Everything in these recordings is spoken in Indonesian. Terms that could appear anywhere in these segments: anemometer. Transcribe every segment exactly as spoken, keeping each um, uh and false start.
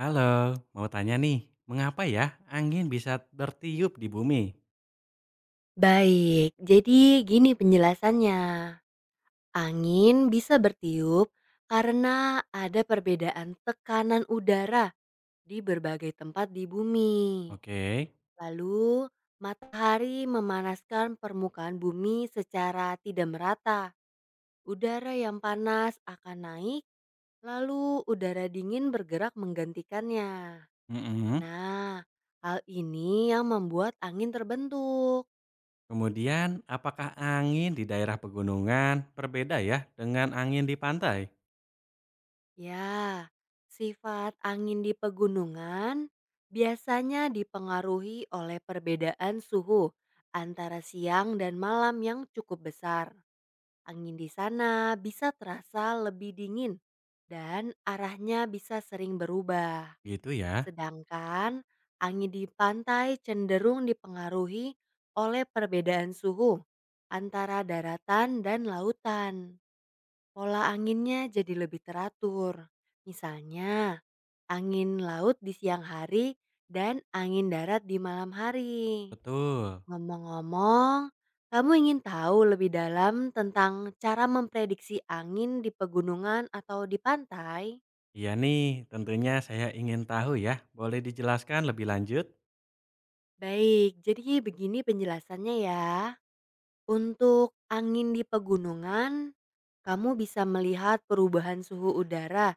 Halo, mau tanya nih, mengapa ya angin bisa bertiup di bumi? Baik, jadi gini penjelasannya. Angin bisa bertiup karena ada perbedaan tekanan udara di berbagai tempat di bumi. Oke. Lalu, matahari memanaskan permukaan bumi secara tidak merata. Udara yang panas akan naik, lalu udara dingin bergerak menggantikannya. Mm-mm. Nah, hal ini yang membuat angin terbentuk. Kemudian, apakah angin di daerah pegunungan berbeda ya dengan angin di pantai? Ya, sifat angin di pegunungan biasanya dipengaruhi oleh perbedaan suhu antara siang dan malam yang cukup besar. Angin di sana bisa terasa lebih dingin dan arahnya bisa sering berubah. Gitu ya. Sedangkan angin di pantai cenderung dipengaruhi oleh perbedaan suhu antara daratan dan lautan. Pola anginnya jadi lebih teratur. Misalnya, angin laut di siang hari dan angin darat di malam hari. Betul. Ngomong-ngomong, kamu ingin tahu lebih dalam tentang cara memprediksi angin di pegunungan atau di pantai? Iya nih, tentunya saya ingin tahu ya. Boleh dijelaskan lebih lanjut? Baik, jadi begini penjelasannya ya. Untuk angin di pegunungan, kamu bisa melihat perubahan suhu udara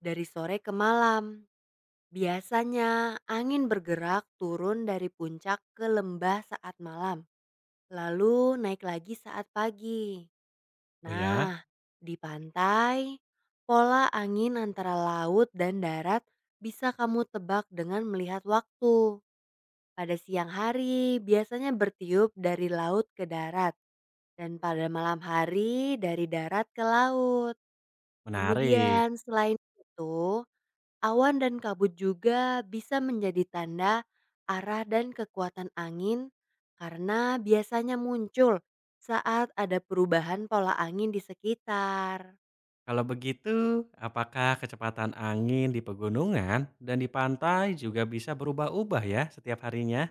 dari sore ke malam. Biasanya angin bergerak turun dari puncak ke lembah saat malam, lalu naik lagi saat pagi. Oh ya, Nah, di pantai, pola angin antara laut dan darat bisa kamu tebak dengan melihat waktu. Pada siang hari, biasanya bertiup dari laut ke darat, dan pada malam hari dari darat ke laut. menarik. Kemudian, selain itu, awan dan kabut juga bisa menjadi tanda arah dan kekuatan angin karena biasanya muncul saat ada perubahan pola angin di sekitar. Kalau begitu, apakah kecepatan angin di pegunungan dan di pantai juga bisa berubah-ubah ya setiap harinya?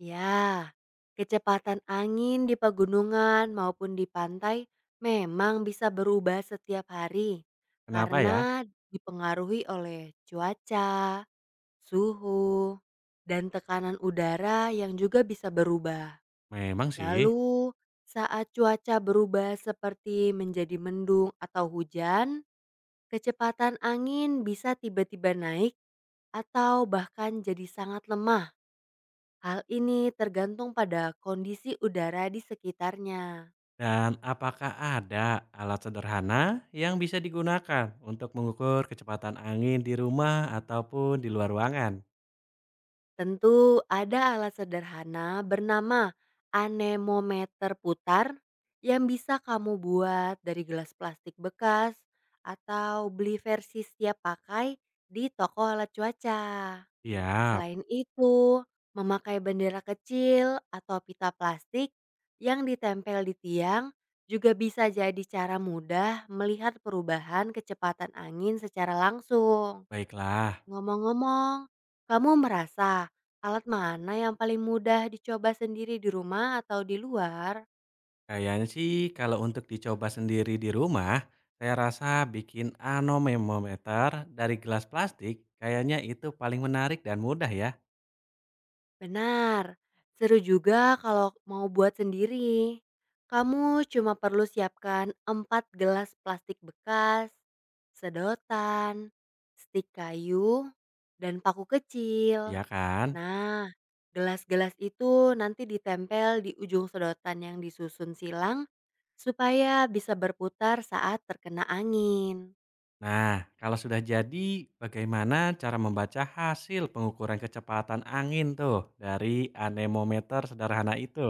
Ya, kecepatan angin di pegunungan maupun di pantai memang bisa berubah setiap hari Kenapa ya? karena dipengaruhi oleh cuaca, suhu, dan tekanan udara yang juga bisa berubah. Memang sih. Lalu, saat cuaca berubah seperti menjadi mendung atau hujan, kecepatan angin bisa tiba-tiba naik atau bahkan jadi sangat lemah. Hal ini tergantung pada kondisi udara di sekitarnya. Dan apakah ada alat sederhana yang bisa digunakan untuk mengukur kecepatan angin di rumah ataupun di luar ruangan? Tentu ada alat sederhana bernama anemometer putar yang bisa kamu buat dari gelas plastik bekas atau beli versi siap pakai di toko alat cuaca. Siap, Selain itu, memakai bendera kecil atau pita plastik yang ditempel di tiang juga bisa jadi cara mudah melihat perubahan kecepatan angin secara langsung. baiklah. Ngomong-ngomong, kamu merasa alat mana yang paling mudah dicoba sendiri di rumah atau di luar? Kayaknya sih kalau untuk dicoba sendiri di rumah, saya rasa bikin anemometer dari gelas plastik kayaknya itu paling menarik dan mudah ya. Benar, seru juga kalau mau buat sendiri. Kamu cuma perlu siapkan empat gelas plastik bekas, sedotan, stik kayu, dan paku kecil. Iya kan? Nah, gelas-gelas itu nanti ditempel di ujung sedotan yang disusun silang supaya bisa berputar saat terkena angin. Nah, kalau sudah jadi, bagaimana cara membaca hasil pengukuran kecepatan angin tuh dari anemometer sederhana itu?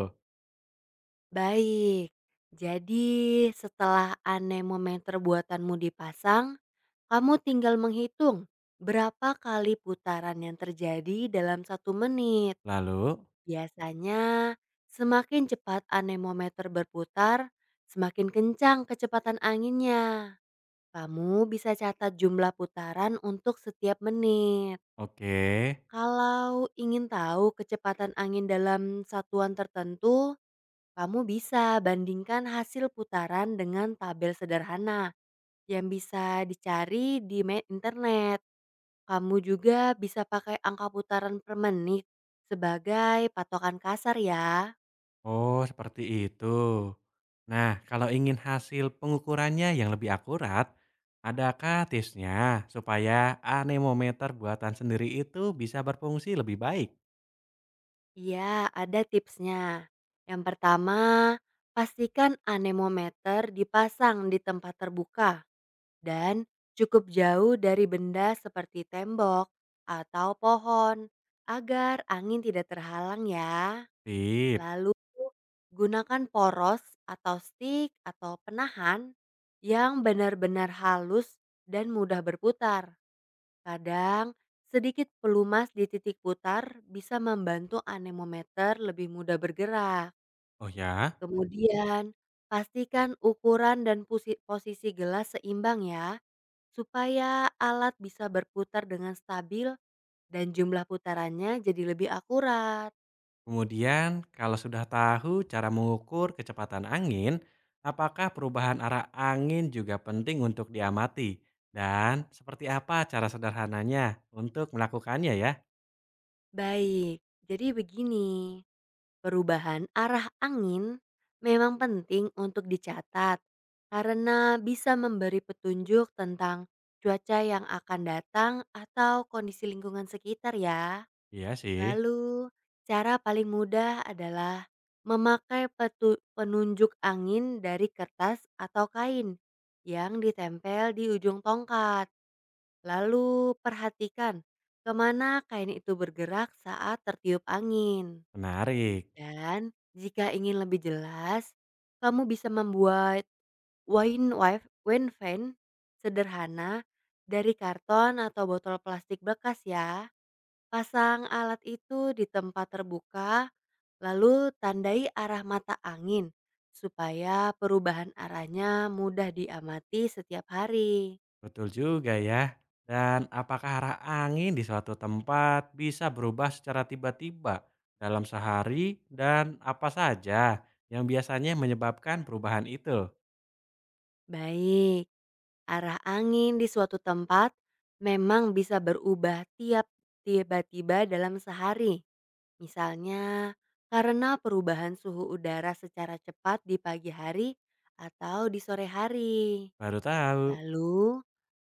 Baik, jadi setelah anemometer buatanmu dipasang, kamu tinggal menghitung berapa kali putaran yang terjadi dalam satu menit. Lalu, Biasanya, semakin cepat anemometer berputar, semakin kencang kecepatan anginnya. Kamu bisa catat jumlah putaran untuk setiap menit. oke, Kalau ingin tahu kecepatan angin dalam satuan tertentu, kamu bisa bandingkan hasil putaran dengan tabel sederhana yang bisa dicari di me- internet. Kamu juga bisa pakai angka putaran per menit sebagai patokan kasar ya. oh seperti itu. Nah, kalau ingin hasil pengukurannya yang lebih akurat, adakah tipsnya supaya anemometer buatan sendiri itu bisa berfungsi lebih baik? Iya, ada tipsnya. Yang pertama, pastikan anemometer dipasang di tempat terbuka dan cukup jauh dari benda seperti tembok atau pohon agar angin tidak terhalang ya. Sip. Lalu, gunakan poros atau stick atau penahan yang benar-benar halus dan mudah berputar. Kadang, sedikit pelumas di titik putar bisa membantu anemometer lebih mudah bergerak. Oh ya? Kemudian, pastikan ukuran dan pusi- posisi gelas seimbang ya, supaya alat bisa berputar dengan stabil dan jumlah putarannya jadi lebih akurat. Kemudian, kalau sudah tahu cara mengukur kecepatan angin, apakah perubahan arah angin juga penting untuk diamati? Dan seperti apa cara sederhananya untuk melakukannya ya? Baik, jadi begini. Perubahan arah angin memang penting untuk dicatat karena bisa memberi petunjuk tentang cuaca yang akan datang atau kondisi lingkungan sekitar ya. Iya sih, Lalu, cara paling mudah adalah memakai petu- penunjuk angin dari kertas atau kain yang ditempel di ujung tongkat. Lalu, perhatikan kemana kain itu bergerak saat tertiup angin. menarik. Dan jika ingin lebih jelas, kamu bisa membuat wine wife wine fan sederhana dari karton atau botol plastik bekas ya. Pasang alat itu di tempat terbuka, lalu tandai arah mata angin supaya perubahan arahnya mudah diamati setiap hari. Betul juga ya. Dan apakah arah angin di suatu tempat bisa berubah secara tiba-tiba dalam sehari dan apa saja yang biasanya menyebabkan perubahan itu? Baik, arah angin di suatu tempat memang bisa berubah tiap tiba-tiba dalam sehari. Misalnya, karena perubahan suhu udara secara cepat di pagi hari atau di sore hari. Baru tahu. Lalu,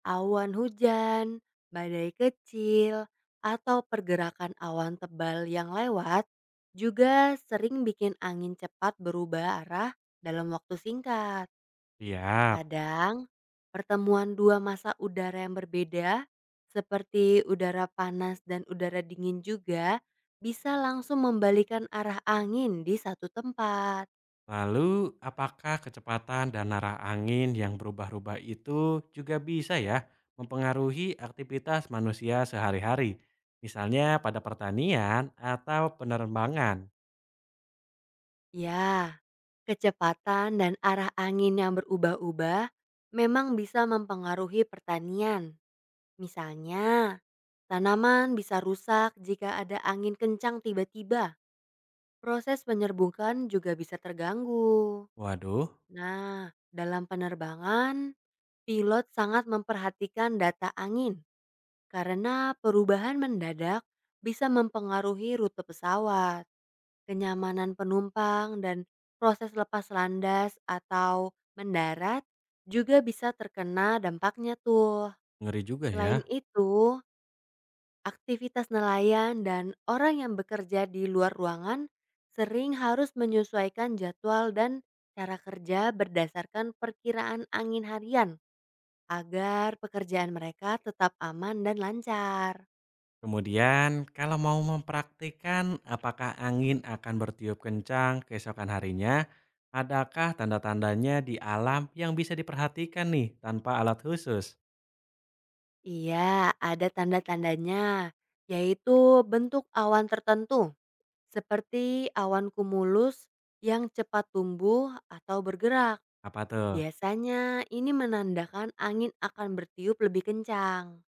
awan hujan, badai kecil, atau pergerakan awan tebal yang lewat juga sering bikin angin cepat berubah arah dalam waktu singkat. Siap. Kadang, pertemuan dua masa udara yang berbeda, seperti udara panas dan udara dingin juga, bisa langsung membalikan arah angin di satu tempat. Lalu, apakah kecepatan dan arah angin yang berubah-ubah itu juga bisa ya mempengaruhi aktivitas manusia sehari-hari? Misalnya pada pertanian atau penerbangan. Ya, kecepatan dan arah angin yang berubah-ubah memang bisa mempengaruhi pertanian. Misalnya, tanaman bisa rusak jika ada angin kencang tiba-tiba. Proses penyerbukan juga bisa terganggu. Waduh, Nah, dalam penerbangan, pilot sangat memperhatikan data angin karena perubahan mendadak bisa mempengaruhi rute pesawat, kenyamanan penumpang, dan proses lepas landas atau mendarat juga bisa terkena dampaknya tuh. ngeri juga ya. Selain itu, aktivitas nelayan dan orang yang bekerja di luar ruangan sering harus menyesuaikan jadwal dan cara kerja berdasarkan perkiraan angin harian agar pekerjaan mereka tetap aman dan lancar. Kemudian, kalau mau mempraktikkan apakah angin akan bertiup kencang keesokan harinya, adakah tanda-tandanya di alam yang bisa diperhatikan nih tanpa alat khusus? Iya, ada tanda-tandanya, yaitu bentuk awan tertentu, seperti awan kumulus yang cepat tumbuh atau bergerak. Apa tuh? Biasanya ini menandakan angin akan bertiup lebih kencang.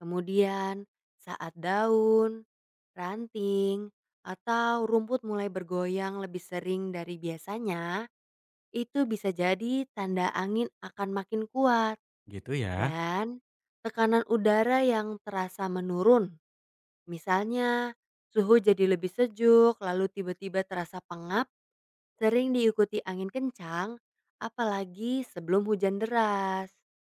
Kemudian, saat daun, ranting, atau rumput mulai bergoyang lebih sering dari biasanya, itu bisa jadi tanda angin akan makin kuat Gitu ya. dan tekanan udara yang terasa menurun. Misalnya, suhu jadi lebih sejuk, lalu tiba-tiba terasa pengap, sering diikuti angin kencang, apalagi sebelum hujan deras.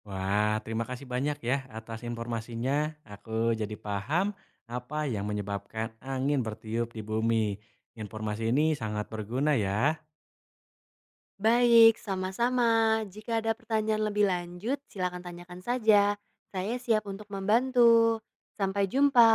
Wah, terima kasih banyak ya atas informasinya. Aku jadi paham apa yang menyebabkan angin bertiup di bumi. Informasi ini sangat berguna ya. Baik, sama-sama. Jika ada pertanyaan lebih lanjut, silakan tanyakan saja. Saya siap untuk membantu. Sampai jumpa.